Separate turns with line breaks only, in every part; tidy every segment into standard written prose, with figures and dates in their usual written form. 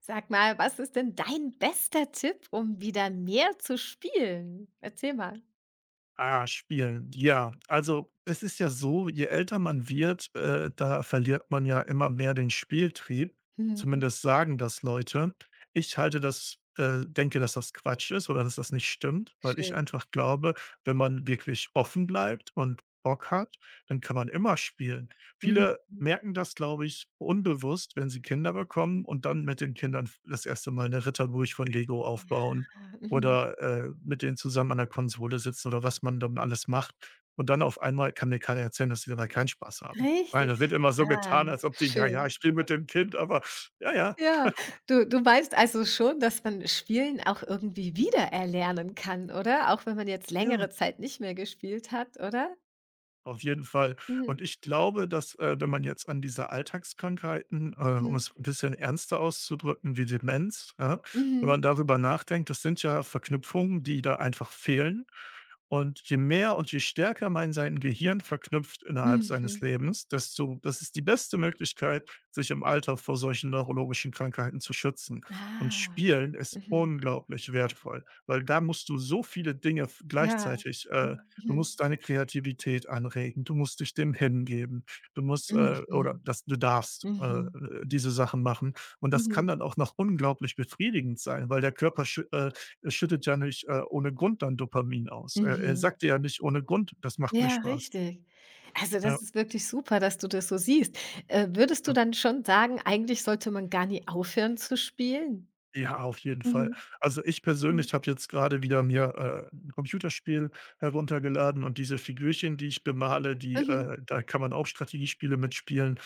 Sag mal, was ist denn dein bester Tipp, um wieder mehr zu spielen? Erzähl mal.
Ah, Spielen. Ja, also es ist ja so, je älter man wird, da verliert man ja immer mehr den Spieltrieb.
Mhm.
Zumindest sagen das Leute. Ich halte das denke, dass das Quatsch ist oder dass das nicht stimmt, weil ich
Schön.
einfach glaube, wenn man wirklich offen bleibt und Bock hat, dann kann man immer spielen.
Mhm.
Viele merken das, glaube ich, unbewusst, wenn sie Kinder bekommen und dann mit den Kindern das erste Mal eine Ritterburg von Lego
Ja,
aufbauen
mhm.
oder, mit denen zusammen an der Konsole sitzen oder was man dann alles macht. Und dann auf einmal kann mir keiner erzählen, dass die dabei keinen Spaß haben. Weil
Richtig.
das wird immer so
Ah,
getan, als ob die: „Ja, ja,
schön.
ich spiele mit dem Kind", aber ja, ja,
Ja, du meinst also schon, dass man Spielen auch irgendwie wiedererlernen kann, oder? Auch wenn man jetzt
ne.
längere Zeit nicht mehr gespielt hat, oder?
Auf jeden Fall.
Mhm,
Und ich glaube, dass, wenn man jetzt an diese Alltagskrankheiten, um
mhm,
es ein bisschen ernster auszudrücken, wie Demenz, ja, wenn
mhm,
man darüber nachdenkt, das sind ja Verknüpfungen, die da einfach fehlen. Und je mehr und je stärker man sein Gehirn verknüpft innerhalb
mhm.
seines Lebens, desto das ist die beste Möglichkeit, sich im Alter vor solchen neurologischen Krankheiten zu schützen. Und
Ah,
Spielen ist
mhm.
unglaublich wertvoll, weil da musst du so viele Dinge f
Ja.
gleichzeitig, Du
Mhm.
musst deine Kreativität anregen, du musst dich dem hingeben. Du musst, oder
Mhm.
dass du darfst,
Mhm.
diese Sachen machen. Und
Mhm.
das kann
Mhm.
dann auch noch unglaublich befriedigend sein, weil der Körper schüttet ja nicht, ohne Grund dann Dopamin aus. Er
Mhm.
sagt dir ja nicht ohne Grund: „Das macht mir
Ja,
Spaß."
richtig. Also,
Ja,
das ist wirklich super, dass du das so siehst. Würdest du
ja.
dann schon sagen, eigentlich sollte man gar nie aufhören zu spielen?
Ja, auf jeden Fall.
Mhm.
Also, ich
Mhm.
persönlich habe jetzt gerade wieder mir, 'n Computerspiel heruntergeladen und diese Figürchen, die ich bemale, die
Mhm.
da kann man auch Strategiespiele mitspielen.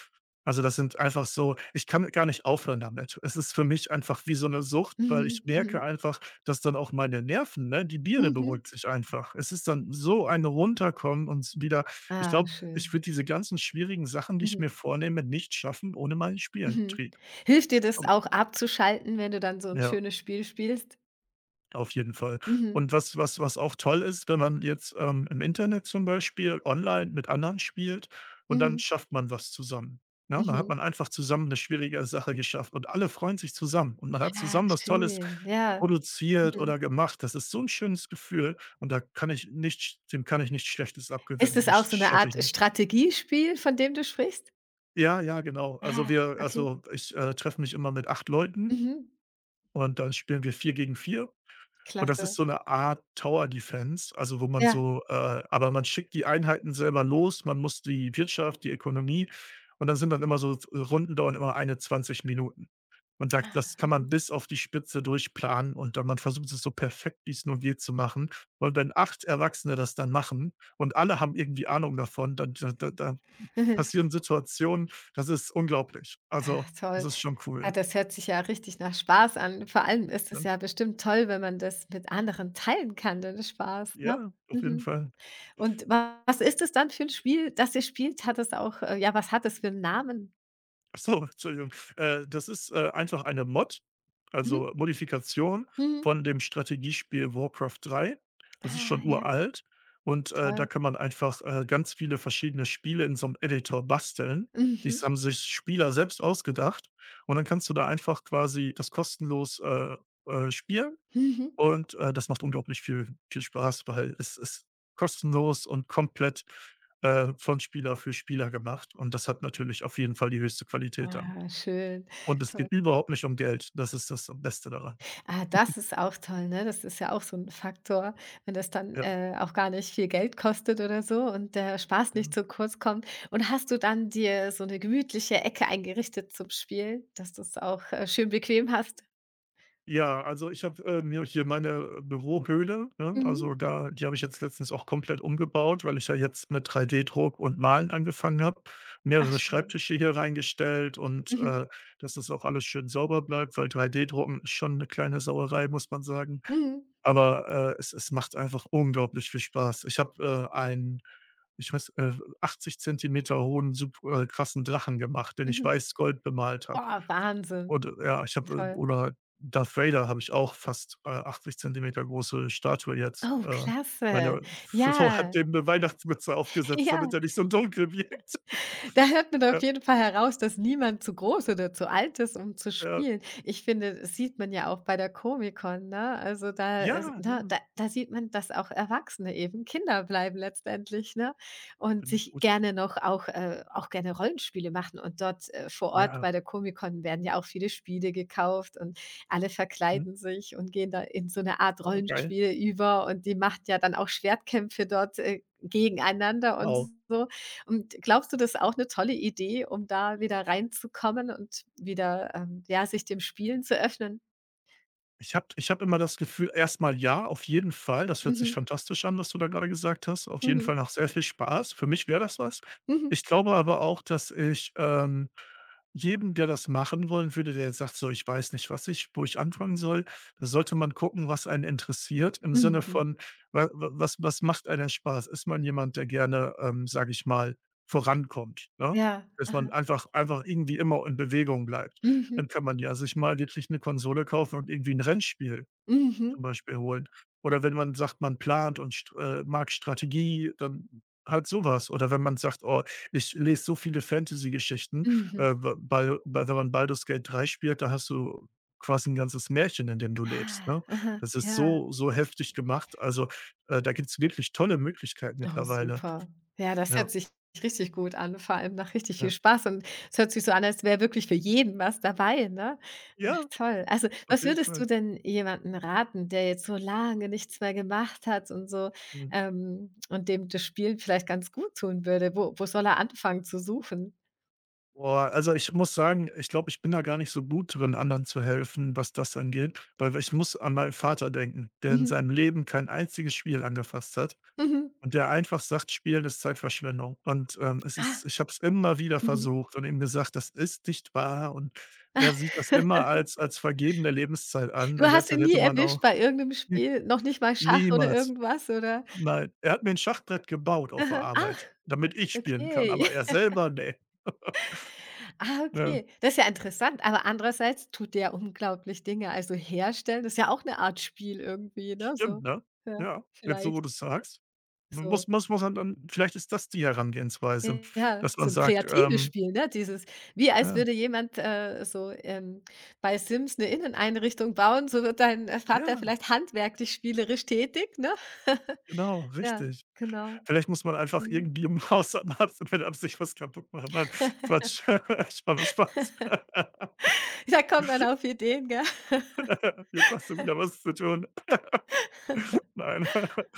Also, das sind einfach so, ich kann gar nicht aufhören damit. Es ist für mich einfach wie so eine Sucht, weil
Mhm.
ich merke
Mhm.
einfach, dass dann auch meine Nerven, ne, die Birne
Mhm.
beruhigt sich einfach. Es ist dann so ein Runterkommen und wieder. Ich
Ah,
glaube, ich
schön.
würde diese ganzen schwierigen Sachen, die ich
Mhm.
mir vornehme, nicht schaffen ohne meinen Spieltrieb.
Mhm.
Trieb.
Hilft dir das auch abzuschalten, wenn du dann so ein
Ja.
schönes Spiel spielst?
Auf jeden Fall.
Mhm.
Und was auch toll ist, wenn man jetzt, im Internet zum Beispiel online mit anderen spielt und dann
Mhm.
schafft man was zusammen. Ne, dann hat
Mhm.
man einfach zusammen eine schwierige Sache geschafft und alle freuen sich zusammen und man hat
Ah,
zusammen was Tolles
schön. Ja.
produziert
Mhm.
oder gemacht. Das ist so ein schönes Gefühl und da kann ich nicht dem kann ich nichts Schlechtes
Ist
abgewinnen.
es
Das
auch so eine
schaffe ich
Art
nicht.
Strategiespiel, von dem du sprichst?
Ja, ja, genau. Also,
Ah, okay.
ich, treffe mich immer mit 8 Leuten
Mhm.
und dann spielen wir 4 gegen 4. Und das ist
Klasse.
so eine Art Tower Defense, also, wo man
Ja.
aber man schickt die Einheiten selber los, man muss die Wirtschaft, die Ökonomie und dann sind dann immer so Runden dauern immer eine 20 Minuten. Und da das kann
Mhm.
man
Mhm.
bis auf die Spitze durchplanen und dann man versucht es so perfekt, wie's nur geht, zu machen. Und wenn 8 Erwachsene das dann machen und alle haben irgendwie Ahnung davon, dann da passieren Situationen, das ist unglaublich. Also,
Ach
das
toll.
ist schon
Ja,
cool,
das hört sich ja richtig nach Spaß an. Vor allem ist es
ne?
ja bestimmt toll, wenn man das mit anderen teilen kann, den Spaß, ne?
Ja, auf jeden
Mhm.
Fall.
Und was ist es dann für ein Spiel, das ihr spielt? Hat es auch ja, was hat es für einen Namen?
Ach so, Entschuldigung. Das ist, einfach eine Mod,
Mhm,
also Modifikation
mhm.
von dem Strategiespiel Warcraft 3. Das ist
Ah,
schon
ja,
uralt und, da
toll.
kann man einfach, ganz viele verschiedene Spiele in so einem Editor basteln. Die
Mhm,
haben sich Spieler selbst ausgedacht und dann kannst du da einfach quasi das kostenlos, spielen
mhm.
und, das macht unglaublich viel viel Spaß, weil es ist kostenlos und komplett, von Spieler für Spieler gemacht und das hat natürlich auf jeden Fall die höchste Qualität dann.
Ah, schön.
Und es geht überhaupt nicht um Geld. Das ist das Beste daran.
Ah, das ist auch toll, ne? Das ist ja auch so 'n Faktor, wenn das dann,
Ja,
auch gar nicht viel Geld kostet oder so und der Spaß nicht
ja.
zu kurz kommt. Und hast du dann dir so 'ne gemütliche Ecke eingerichtet zum Spielen, dass du's auch, schön bequem hast?
Ja, also ich habe, mir hier meine Bürohöhle, ne?
Mhm.
Also da die habe ich jetzt letztens auch komplett umgebaut, weil ich ja jetzt mit 3D-Druck und Malen angefangen habe.
Ach
Mehrere
schön.
Schreibtische hier reingestellt und,
Mhm.
dass das auch alles schön sauber bleibt, weil 3D-Drucken ist schon eine kleine Sauerei, muss man sagen.
Mhm.
Aber, es macht einfach unglaublich viel Spaß. Ich habe, einen, ich weiß, 80 Zentimeter hohen, super krassen Drachen gemacht, den ich
Mhm.
weiß-gold bemalt habe.
Oh, Wahnsinn,
Und, ja, ich habe
toll.
oder Darth Vader habe ich auch fast, 80 Zentimeter große Statue jetzt.
Oh,
Äh,
klasse.
meine Frau
Ja,
hat dem 'ne Weihnachtsmütze aufgesetzt, damit
ja.
er nicht so dunkel wirkt.
Da hört man auf
Ja,
jeden Fall heraus, dass niemand zu groß oder zu alt ist, um zu
ja.
spielen. Ich finde, das sieht man ja auch bei der Comic-Con, ne? Also, da ist
Ja, ja,
ne, da sieht man, dass auch Erwachsene eben Kinder bleiben letztendlich, ne? Und
finde ich
sich
gut.
gerne noch auch gerne Rollenspiele machen und dort, vor Ort
Ja,
bei der Comic-Con werden ja auch viele Spiele gekauft und alle
mhm.
verkleiden sich und gehen da in so eine Art
Oh, geil.
Rollenspiel über und die macht ja dann auch Schwertkämpfe dort, gegeneinander und
Wow.
so. Und glaubst du, das ist auch eine tolle Idee, um da wieder reinzukommen und wieder, ja, sich dem Spielen zu öffnen?
Ich habe immer das Gefühl, erstmal ja, auf jeden Fall. Das hört sich
Mhm.
fantastisch an, was du da gerade gesagt hast. Auf jeden
Mhm.
Fall nach sehr viel Spaß. Für mich wäre das was.
Mhm.
Ich glaube aber auch, dass ich, jedem, der das machen wollen würde, der jetzt sagt: „So, ich weiß nicht, was ich wo ich anfangen soll", da sollte man gucken, was einen interessiert im Sinne
Mhm.
von, wa wa was was macht einem Spaß? Ist man jemand, der gerne, sage ich mal, vorankommt, ne?
Ja.
Dass man
Aha.
einfach irgendwie immer in Bewegung bleibt.
Mhm.
Dann kann man ja sich mal wirklich 'ne Konsole kaufen und irgendwie 'n Rennspiel
Mhm.
zum Beispiel holen. Oder wenn man sagt, man plant und st mag Strategie, dann halt so was. Oder wenn man sagt: „Oh, ich lese so viele Fantasy-Geschichten."
Mhm.
W bei bei wenn man Baldur's Gate 3 spielt, da hast du quasi 'n ganzes Märchen, in dem du lebst,
Ah.
ne?
Aha.
Das ist
Ja.
so, so heftig gemacht. Also, da gibt's wirklich tolle Möglichkeiten
Oh,
mittlerweile.
super. Ja, das
Ja,
hört sich richtig gut an, vor allem nach richtig viel
ja.
Spaß und es hört sich so an, als wäre wirklich für jeden was dabei, ne? Ach,
Ja,
toll. Also,
auf
was
jeden
würdest du
Fall.
denn jemandem raten, der jetzt so lange nichts mehr gemacht hat und so,
Mhm.
und dem das Spielen vielleicht ganz gut tun würde? Wo soll er anfangen zu suchen?
Boah, also ich muss sagen, ich glaube, ich bin da gar nicht so gut drin, anderen zu helfen, was das angeht, weil ich muss an meinen Vater denken, der in
Mhm,
seinem Leben kein einziges Spiel angefasst hat
mhm.
und der einfach sagt, Spielen ist Zeitverschwendung. Und es
Ah,
ist, ich habe es immer wieder
mhm.
versucht und ihm gesagt, das ist nicht wahr. Und
Ah.
er sieht das immer als vergebene Lebenszeit an.
Du
In der
hast
Zeit
ihn nie
hätte man
erwischt
auch
bei irgendeinem
nie-
Spiel, noch nicht mal Schach oder
niemals.
irgendwas, oder?
Nein, er hat mir ein Schachbrett gebaut auf der
Aha. Ach,
Arbeit, damit ich spielen kann,
okay.
aber er selber, nee.
Ah, okay. Das ist ja interessant, aber andererseits tut der ja unglaublich Dinge. Also, herstellen ist ja auch eine Art Spiel irgendwie, ne, so.
Stimmt, ne?
Ja,
Ja, jetzt so, wo
vielleicht
du's sagst. Man muss
so
muss muss man dann vielleicht ist das die Herangehensweise,
ja,
dass man
so ein
sagt,
kreatives Spiel, ne? Dieses wie als
ja,
würde jemand, so, bei Sims eine Inneneinrichtung bauen, so wird dein, Vater
ja,
vielleicht handwerklich spielerisch tätig, ne?
genau,
Ja,
richtig.
genau.
Vielleicht muss man einfach
Mhm.
irgendwie im Hausarzt mit Absicht was kaputt machen. Nein, Quatsch. Spaß, Spaß.
Da kommt man auf Ideen, gell?
Jetzt hast du wieder was zu tun. Nein.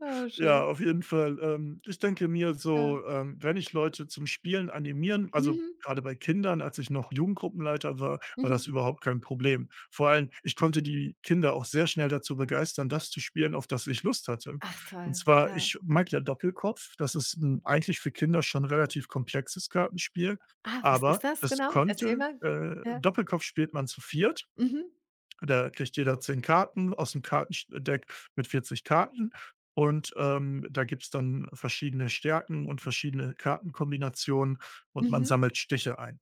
Oh,
Ja,
schön,
auf jeden Fall. Ich denke mir so,
ja.
wenn ich Leute zum Spielen animieren also,
Mhm,
gerade bei Kindern, als ich noch Jugendgruppenleiter war, war das
mhm.
überhaupt kein Problem. Vor allem, ich konnte die Kinder auch sehr schnell dazu begeistern, das zu spielen, auf das ich Lust hatte.
Ach
Und
toll,
zwar,
ja.
ich mag ja Doppelkopf. Das ist 'n eigentlich für Kinder schon relativ komplexes Kartenspiel,
Ah, was ist
aber
das
das
genau? Erzähl
konnte
mal. Ja.
Doppelkopf spielt man zu viert,
Mhm.
da kriegt jeder 10 Karten aus dem Kartendeck mit 40 Karten und, da gibt's dann verschiedene Stärken und verschiedene Kartenkombinationen und man
Mhm.
sammelt Stiche ein.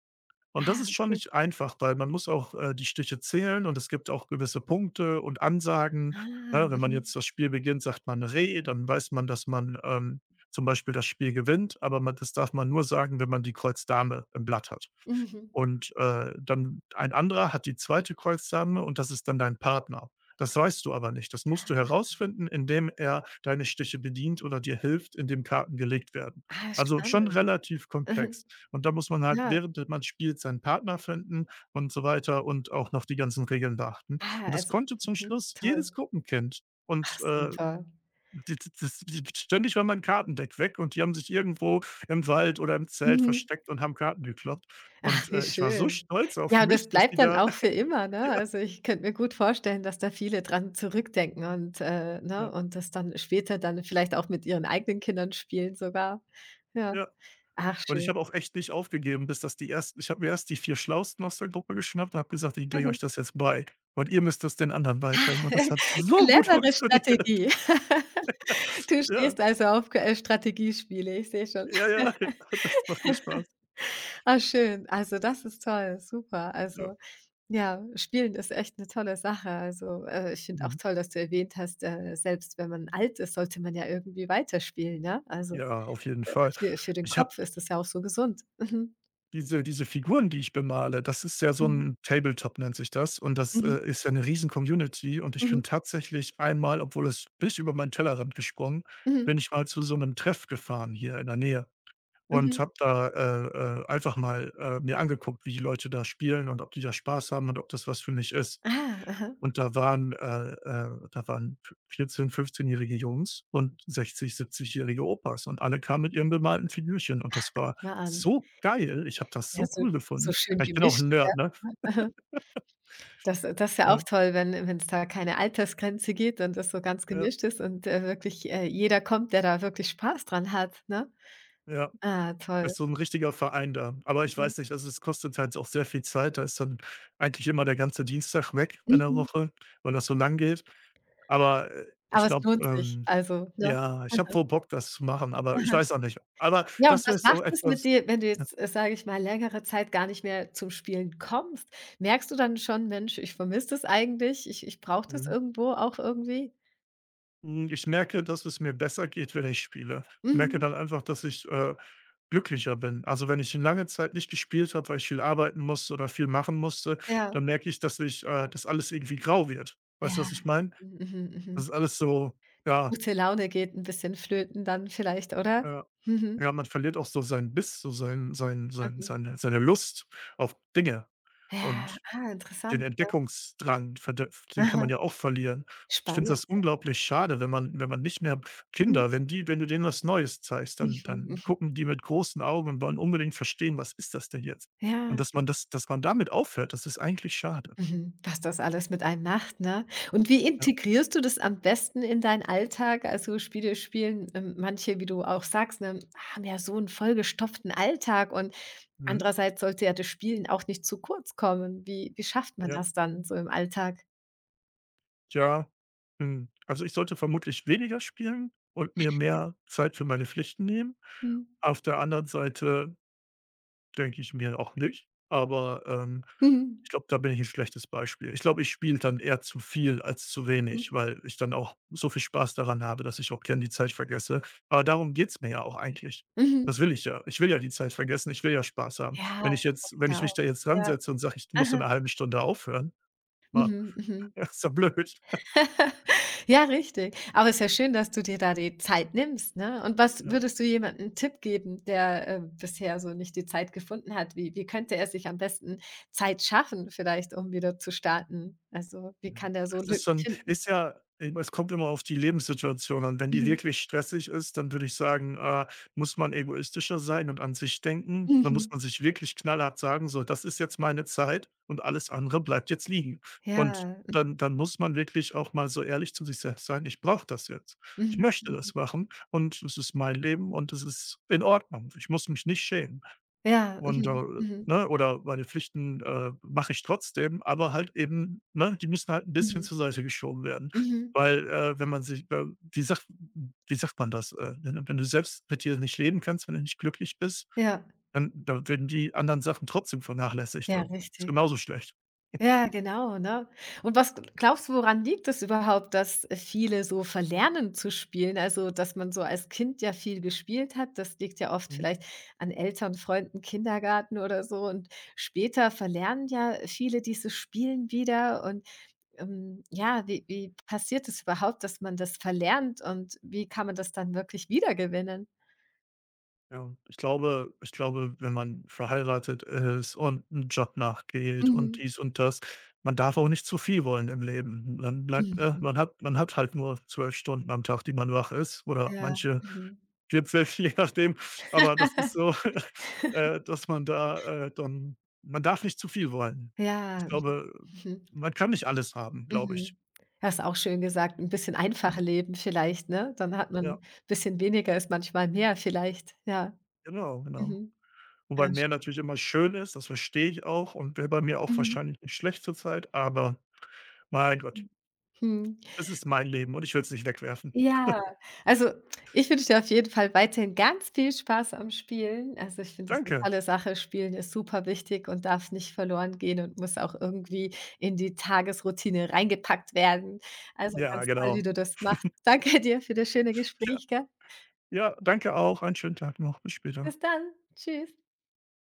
Und das
Ah,
ist schon
okay.
nicht einfach, weil man muss auch, die Stiche zählen und es gibt auch gewisse Punkte und Ansagen.
Ah,
Ne, wenn man
mhm.
jetzt das Spiel beginnt, sagt man „Re", dann weiß man, dass man, zum Beispiel das Spiel gewinnt, aber man das darf man nur sagen, wenn man die Kreuz Dame im Blatt hat.
Mhm.
Und, dann ein anderer hat die zweite Kreuz Dame und das ist dann dein Partner. Das weißt du aber nicht. Das musst du herausfinden, indem er deine Stiche bedient oder dir hilft, indem Karten gelegt werden.
Ah,
Also, schon
spannend.
relativ
Mhm.
komplex. Und da muss man halt,
Ja.
während man spielt, seinen Partner finden und so weiter und auch noch die ganzen Regeln beachten.
Ah,
Und das
also
konnte zum
mhm,
Schluss jedes
toll.
Gruppenkind.
Ach,
Und, äh,
super.
d d das die, ständig war mein Kartendeck weg und die haben sich irgendwo im Wald oder im Zelt
Mhm.
versteckt und haben Karten gekloppt. Und,
Ach, wie
ich war so
schön.
stolz auf
Ja, und
mich,
das
dass
bleibt
die
dann
da
auch für immer, ne?
ja,
Also, ich könnte mir gut vorstellen, dass da viele dran zurückdenken und, ne
ja,
und das dann später dann vielleicht auch mit ihren eigenen Kindern spielen sogar. Ja.
ja.
Ach
Und ich
schön.
habe auch echt nicht aufgegeben, bis das die ersten ich habe mir erst die 4 Schlausten aus der Gruppe geschnappt und habe gesagt: „Ich bringe
Mhm.
euch das jetzt bei und ihr müsst das den anderen beibringen." Und das hat so gut
Clevere
funktioniert.
Strategie. Du
Ja.
stehst also auf K Strategiespiele, ich sehe schon.
Ja, ja, das macht mir Spaß.
Ah, schön. Also, das ist toll, super.
Ja.
Also, ja, Spielen ist echt eine tolle Sache. Also, ich finde auch
Mhm.
toll, dass du erwähnt hast, selbst wenn man alt ist, sollte man ja irgendwie weiterspielen, ne? Also,
Ja, auf jeden
äh,
Fall.
für den
Ich habe
Kopf ist das ja auch so gesund. Mhm.
diese Figuren, die ich bemale. Das ist ja so
Mhm.
ein Tabletop nennt sich das, und das
Mhm.
ist ja eine riesen Community. Und ich
Mhm.
bin tatsächlich einmal, obwohl es bis über meinen Tellerrand gesprungen,
Mhm.
bin ich mal zu so einem Treff gefahren hier in der Nähe und
Mhm.
habe da, einfach mal, mir angeguckt, wie die Leute da spielen und ob die da Spaß haben und ob das was für mich ist.
Ah, aha.
Und da waren v 14 fünfzehnjährige Jungs und 60, siebzigjährige Opas, und alle kamen mit ihren bemalten Figürchen, und das war
Na an.
so geil. Ich habe das
Ja,
so
so
cool
so
gefunden.
schön
Ja, ich bin auch
gemischt,
'n
ja.
Nerd, ne?
Das ist ja auch
Ja,
toll, wenn es da keine Altersgrenze gibt und das so ganz
ja,
gemischt ist und, wirklich, jeder kommt, der da wirklich Spaß dran hat, ne?
ja.
Ah, toll.
Ist so 'n richtiger Verein da. Aber ich
Mhm.
weiß nicht, also, es kostet halt auch sehr viel Zeit. Da ist dann eigentlich immer der ganze Dienstag weg in der
Mhm.
Woche, weil das so lang geht. Aber, ich
Aber es
glaube,
lohnt sich, also, ne?
ja, ich habe wohl
Aha,
Bock, das zu machen, aber ich
aha.
weiß auch nicht. Aber
Ja, und
das
was
wäre so
macht es mit
etwas.
dir, wenn du jetzt, sage ich mal, längere Zeit gar nicht mehr zum Spielen kommst? Merkst du dann schon: „Mensch, ich vermisse das eigentlich, ich brauche das
Mhm.
irgendwo auch irgendwie?"
Hm, ich merke, dass es mir besser geht, wenn ich spiele. Merke
Mhm.
dann einfach, dass ich glücklicher bin. Also, wenn ich eine lange Zeit nicht gespielt habe, weil ich viel arbeiten musste oder viel machen musste,
Ja.
dann merke ich dass alles irgendwie grau wird. Weißt du,
Ja.
was ich meine?
Mhm, mhm,
Das
mhm.
ist alles so, ja,
Gute Laune geht ein bisschen flöten dann vielleicht, oder?
äh,
Mhm.
ja, man verliert auch so seinen Biss, so sein sein sein
Mhm.
seine seine Lust auf Dinge
Ja,
und
ah,
Den
interessant.
Entdeckungsdrang, verde den kann
Aha,
man ja auch verlieren. Ich finde
spannend.
das unglaublich schade, wenn man wenn man nicht mehr
Mhm,
Kinder, wenn du denen was Neues zeigst, dann
mhm,
dann
mhm.
gucken die mit großen Augen und wollen unbedingt verstehen: Was ist das denn jetzt?
Ja,
Und dass man damit aufhört, das ist eigentlich schade.
mhm. Was das alles mit einem macht, ne? Und wie
Ja.
integrierst du das am besten in deinen Alltag? Also, Spiele spielen, manche, wie du auch sagst, ne, haben ja so einen vollgestopften Alltag und
Mhm.
andererseits sollte ja das Spielen auch nicht zu kurz kommen. Wie schafft man
Ja.
das dann so im Alltag?
Tja. Hm. Also, ich sollte vermutlich weniger spielen und mir mehr Zeit für meine Pflichten nehmen.
Mhm.
Auf der anderen Seite denke ich mir auch nicht, aber,
Mhm.
ich glaube, da bin ich ein schlechtes Beispiel. Ich glaube, ich spiele dann eher zu viel als zu wenig,
Mhm.
weil ich dann auch so viel Spaß daran habe, dass ich auch gern die Zeit vergesse. Aber darum geht's mir ja auch eigentlich.
Mhm.
Das will ich ja. Ich will ja die Zeit vergessen, ich will ja Spaß haben. Wenn ich
Ja,
jetzt wenn ich mich
genau.
da jetzt dran
Ja.
und sage, ich muss in
Aha.
einer halben Stunde aufhören, ma
Mhm, mhm.
ja, ist doch blöd.
Ja, richtig. Aber es ist ja schön, dass du dir da die Zeit nimmst, ne? Und was
Ja.
würdest du jemandem einen Tipp geben, der, bisher so nicht die Zeit gefunden hat? Wie könnte er sich am besten Zeit schaffen vielleicht, um wieder zu starten? Also, wie kann
Mhm.
der so
Es ist
Lücken
schon,
finden?
ist ja, es kommt immer auf die Lebenssituation an. Wenn die
Mhm.
wirklich stressig ist, dann würde ich sagen, muss man egoistischer sein und an sich denken. Dann muss
Mhm.
man sich wirklich knallhart sagen: „So, das ist jetzt meine Zeit und alles andere bleibt jetzt liegen.“ Und
Ja.
dann muss man wirklich auch mal so ehrlich zu sich selbst sein: „Ich brauche das jetzt. Ich
Mhm.
möchte
Mhm.
das machen und es ist mein Leben und es ist in Ordnung. Ich muss mich nicht schämen.“
Ja.
Und,
Mhm. Mhm.
ne, oder meine Pflichten, mache ich trotzdem, aber halt eben, ne, die müssen halt ein bisschen
Mhm.
zur Seite geschoben werden.
Mhm.
Weil, wenn man sich, wie sagt, wie sagt man das? Wenn du selbst mit dir nicht leben kannst, wenn du nicht glücklich bist,
Ja.
dann werden die anderen Sachen trotzdem vernachlässigt
Ja,
und ist
richtig.
genauso schlecht.
Ja, genau, ne? Und was glaubst du, woran liegt es überhaupt, dass viele so verlernen zu spielen? Also, dass man so als Kind ja viel gespielt hat, das liegt ja oft vielleicht an Eltern, Freunden, Kindergarten oder so und später verlernen ja viele dieses Spielen wieder und, ja, wie passiert es überhaupt, dass man das verlernt und wie kann man das dann wirklich wiedergewinnen?
Ja, ich glaube, wenn man verheiratet ist und einen Job nachgeht und
Mhm.
dies und das, man darf auch nicht zu viel wollen im Leben. Dann bleibt
Mhm.
man hat, man hat halt nur 12 Stunden am Tag, die man wach ist, oder
Ja.
manche
Mhm.
40, je nachdem. Aber das ist so, dass man da, dann man darf nicht zu viel wollen. Ich
Ja.
glaube,
Mhm.
man kann nicht alles haben, glaube ich.
Mhm. Hast auch schön gesagt, ein bisschen einfacher leben vielleicht, ne? Dann hat man
Ja,
ein bisschen weniger ist manchmal mehr vielleicht, ja.
genau, genau.
Mhm. Ja,
Wobei
sch
mehr natürlich immer schön ist, das verstehe ich auch, und wäre bei mir auch
mhm.
wahrscheinlich nicht schlecht zur Zeit, aber mein Gott,
Mhm.
es ist mein Leben und ich will es nicht wegwerfen.
Ja, also, ich wünsche dir auf jeden Fall weiterhin ganz viel Spaß am Spielen. Also, ich finde es eine
Danke.
tolle Sache. Spielen ist super wichtig und darf nicht verloren gehen und muss auch irgendwie in die Tagesroutine reingepackt werden. Also,
Ja,
ganz toll, wie
genau.
du das machst. Danke dir für das schöne
Ja,
Gespräch, gell?
ja, danke auch. Einen schönen Tag noch. Bis später.
Bis dann. Tschüss.